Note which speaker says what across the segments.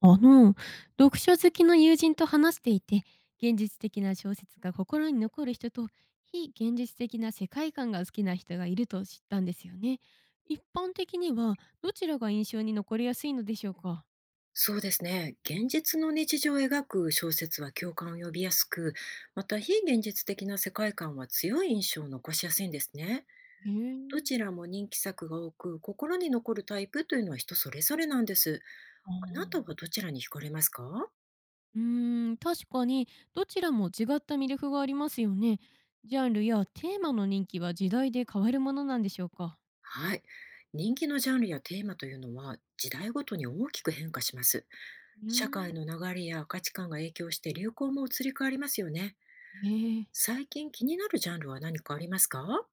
Speaker 1: あの、読書好きの友人と話していて、現実的な小説が心に残る人と、非現実的な世界観が好きな人がいると知ったんですよね。一般的には、どちらが印象に残りやすいのでしょうか？
Speaker 2: そうですね。現実の日常を描く小説は共感を呼びやすく、また非現実的な世界観は強い印象を残しやすいんですね。
Speaker 1: へえ。
Speaker 2: どちらも人気作が多く、心に残るタイプというのは人それぞれなんです。
Speaker 1: あ
Speaker 2: あなたは
Speaker 1: ー。
Speaker 2: どちらに惹かれますか？
Speaker 1: 確かに、どちらも違った魅力がありますよね。ジャンルやテーマの人気は時代で変わるものなんでしょうか？
Speaker 2: はい。人気のジャンルやテーマというのは時代ごとに大きく変化します。
Speaker 1: うー
Speaker 2: 社会の
Speaker 1: ん、
Speaker 2: 流れや価値観が影響して流行も移り変わりますよね。
Speaker 1: へえ。
Speaker 2: 最近気になるジャンルは何かありますか？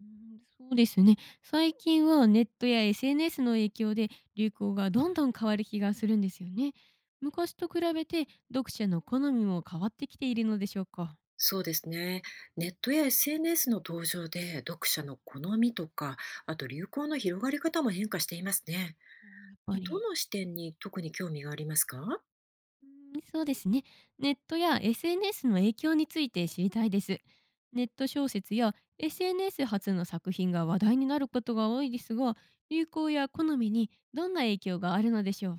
Speaker 1: うーん、そうですね。最近はネットや SNS の影響で流行がどんどん変わる気がするんですよね。昔と比べて読者の好みも変わってきているのでしょうか。
Speaker 2: そうですね。ネットや SNS の登場で読者の好みとか、あと流行の広がり方も変化していますね。
Speaker 1: うん、やっぱ
Speaker 2: ど
Speaker 1: り。
Speaker 2: の視点に特に興味がありますか？
Speaker 1: うん、そうですね。ネットや SNS の影響について知りたいです。ネット小説や SNS 発の作品が話題になることが多いですが、流行や好みにどんな影響があるのでしょう。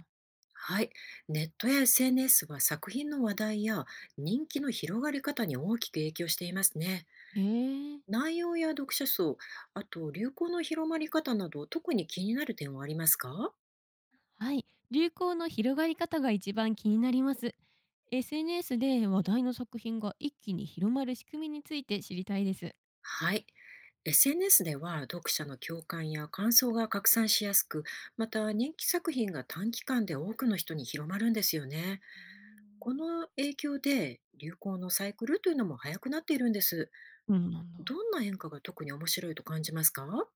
Speaker 2: はい。ネットや SNS は作品の話題や人気の広がり方に大きく影響していますね。
Speaker 1: へえ。
Speaker 2: 内容や読者層、あと流行の広まり方など特に気になる点はありますか？
Speaker 1: はい、流行の広がり方が一番気になります。SNS で話題の作品が一気に広まる仕組みについて知りたいです。
Speaker 2: はい。SNS では読者の共感や感想が拡散しやすく、また人気作品が短期間で多くの人に広まるんですよね。この影響で流行のサイクルというのも早くなっているんです。
Speaker 1: そうんなんだ。
Speaker 2: どんな変化が特に面白いと感じますか？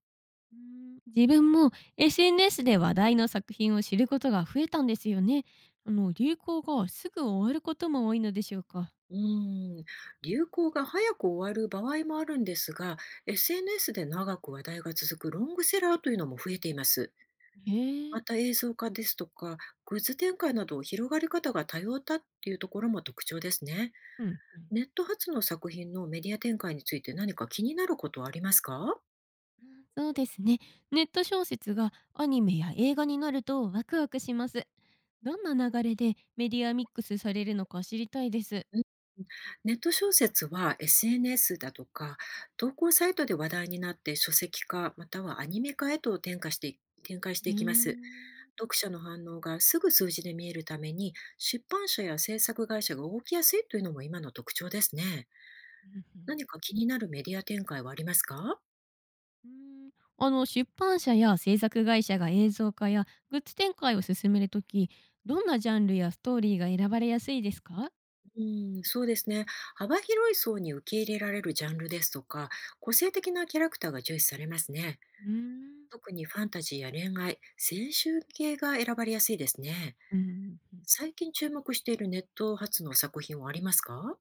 Speaker 1: 自分も SNS で話題の作品を知ることが増えたんですよね。あの、流行がすぐ終わることも多いのでしょうか。
Speaker 2: うーん、流行が早く終わる場合もあるんですが、SNS で長く話題が続くロングセラーというのも増えています。
Speaker 1: へ
Speaker 2: ま
Speaker 1: え。
Speaker 2: た映像化ですとか、グッズ展開など広がり方が多様だっていうところも特徴ですね。
Speaker 1: うん。うん、
Speaker 2: ネット発の作品のメディア展開について何か気になることはありますか？
Speaker 1: そうですね。ネット小説がアニメや映画になるとワクワクします。どんな流れでメディアミックスされるのか知りたいです。
Speaker 2: うんネット小説は SNS だとか投稿サイトで話題になって書籍化またはアニメ化へと転化してい展開して
Speaker 1: へえ。
Speaker 2: い
Speaker 1: う
Speaker 2: きます。
Speaker 1: ん
Speaker 2: 読者の反応がすぐ数字で見えるために出版社や制作会社が動きやすいというのも今の特徴ですね。
Speaker 1: うん。
Speaker 2: 何か気になるメディア展開はありますか？
Speaker 1: うん。出版社や制作会社が映像化やグッズ展開を進めるとき、どんなジャンルやストーリーが選ばれやすいですか？
Speaker 2: うそうですね。幅広い層に受け入れられるジャンルですとか、個性的なキャラクターが重視されますね。
Speaker 1: うーん。
Speaker 2: 特にファンタジーや恋愛、青春系が選ばれやすいですね。
Speaker 1: うんん、うん。
Speaker 2: 最近注目しているネット発の作品はありますか？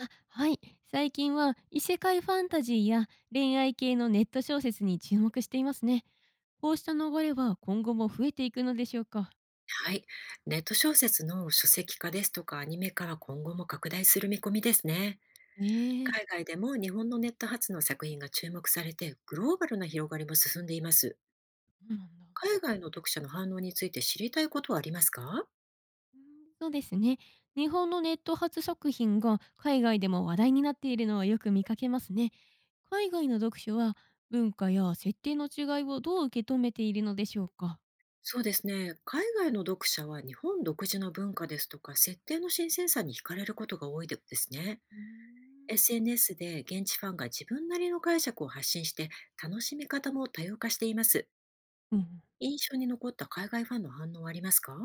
Speaker 1: あ、はい。最近は異世界ファンタジーや恋愛系のネット小説に注目していますね。こうした流れは今後も増えていくのでしょうか？
Speaker 2: はい。ネット小説の書籍化ですとかアニメ化は今後も拡大する見込みですね。
Speaker 1: ええ、
Speaker 2: 海外でも日本のネット発の作品が注目されてグローバルな広がりも進んでいます。
Speaker 1: そうなんだ。
Speaker 2: 海外の読者の反応について知りたいことはありますか？
Speaker 1: うん、そうですね。日本のネット発作品が海外でも話題になっているのはよく見かけますね。海外の読書は文化や設定の違いをどう受け止めているのでしょうか。
Speaker 2: そうですね。海外の読者は日本独自の文化ですとか設定の新鮮さに惹かれることが多いですね。
Speaker 1: うーん。
Speaker 2: SNS で現地ファンが自分なりの解釈を発信して楽しみ方も多様化しています。
Speaker 1: うん、
Speaker 2: 印象に残った海外ファンの反応はありますか？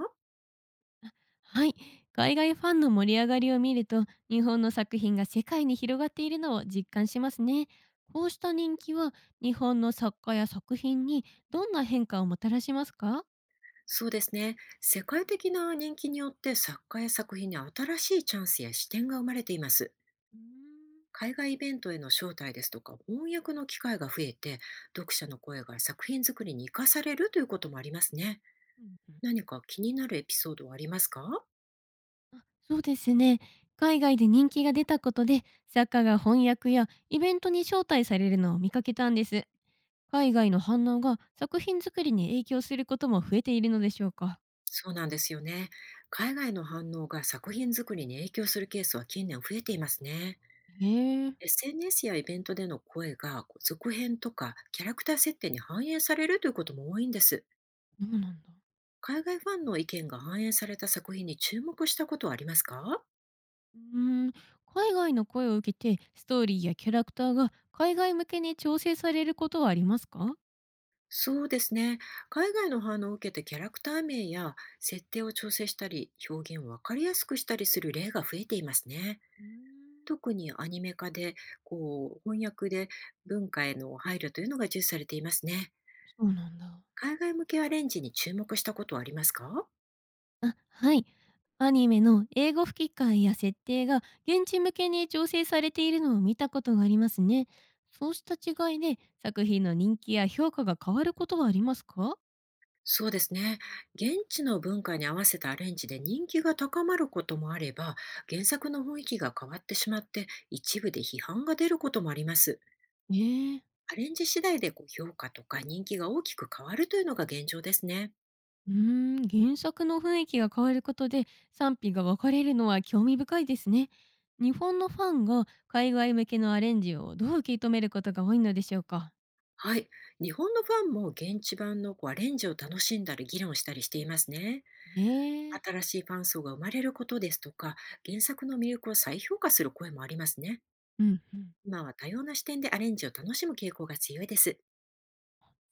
Speaker 1: はい。海外ファンの盛り上がりを見ると、日本の作品が世界に広がっているのを実感しますね。こうした人気は日本の作家や作品にどんな変化をもたらしますか？
Speaker 2: そうですね。世界的な人気によって作家や作品に新しいチャンスや視点が生まれています。
Speaker 1: うーん。
Speaker 2: 海外イベントへの招待ですとか翻訳の機会が増えて読者の声が作品作りに生かされるということもありますね。
Speaker 1: うん。
Speaker 2: 何か気になるエピソードはありますか？
Speaker 1: あ、そうですね。海外で人気が出たことで、作家が翻訳やイベントに招待されるのを見かけたんです。海外の反応が作品作りに影響することも増えているのでしょうか。
Speaker 2: そうなんですよね。海外の反応が作品作りに影響するケースは近年増えていますね。
Speaker 1: へえ、
Speaker 2: SNS やイベントでの声がこう続編とかキャラクター設定に反映されるということも多いんです。
Speaker 1: そうなんだ。
Speaker 2: 海外ファンの意見が反映された作品に注目したことはありますか？
Speaker 1: うーん、海外の声を受けて、ストーリーやキャラクターが海外向けに調整されることはありますか？
Speaker 2: そうですね。海外の反応を受けてキャラクター名や設定を調整したり、表現をわかりやすくしたりする例が増えていますね。
Speaker 1: うーん、
Speaker 2: 特にアニメ化で、こう、翻訳で文化への配慮というのが重視されていますね。
Speaker 1: そうなんだ。
Speaker 2: 海外向けアレンジに注目したことはありますか？
Speaker 1: あ、はい。アニメの英語吹き替えや設定が現地向けに調整されているのを見たことがありますね。そうした違いで作品の人気や評価が変わることはありますか？
Speaker 2: そうですね。現地の文化に合わせたアレンジで人気が高まることもあれば、原作の雰囲気が変わってしまって、一部で批判が出ることもあります。
Speaker 1: ねえ。
Speaker 2: アレンジ次第でこう評価とか人気が大きく変わるというのが現状ですね。
Speaker 1: うー原作の雰囲気が変わることで賛否が分かれるのは興味深いですね。日本のファンが海外向けのアレンジをどう受け止めることが多いのでしょうか。
Speaker 2: はい。日本のファンも現地版のこうアレンジを楽しんだり議論したりしていますね。
Speaker 1: へえ。
Speaker 2: 新しいファン層が生まれることですとか、原作の魅力を再評価する声もありますね。
Speaker 1: うんうん。
Speaker 2: 今は多様な視点でアレンジを楽しむ傾向が強いです。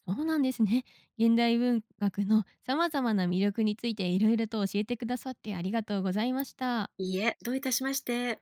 Speaker 1: そうなんですね。現代文学の様々な魅力についていろいろと教えてくださってありがとうございました。
Speaker 2: いいえ、どういたしまして。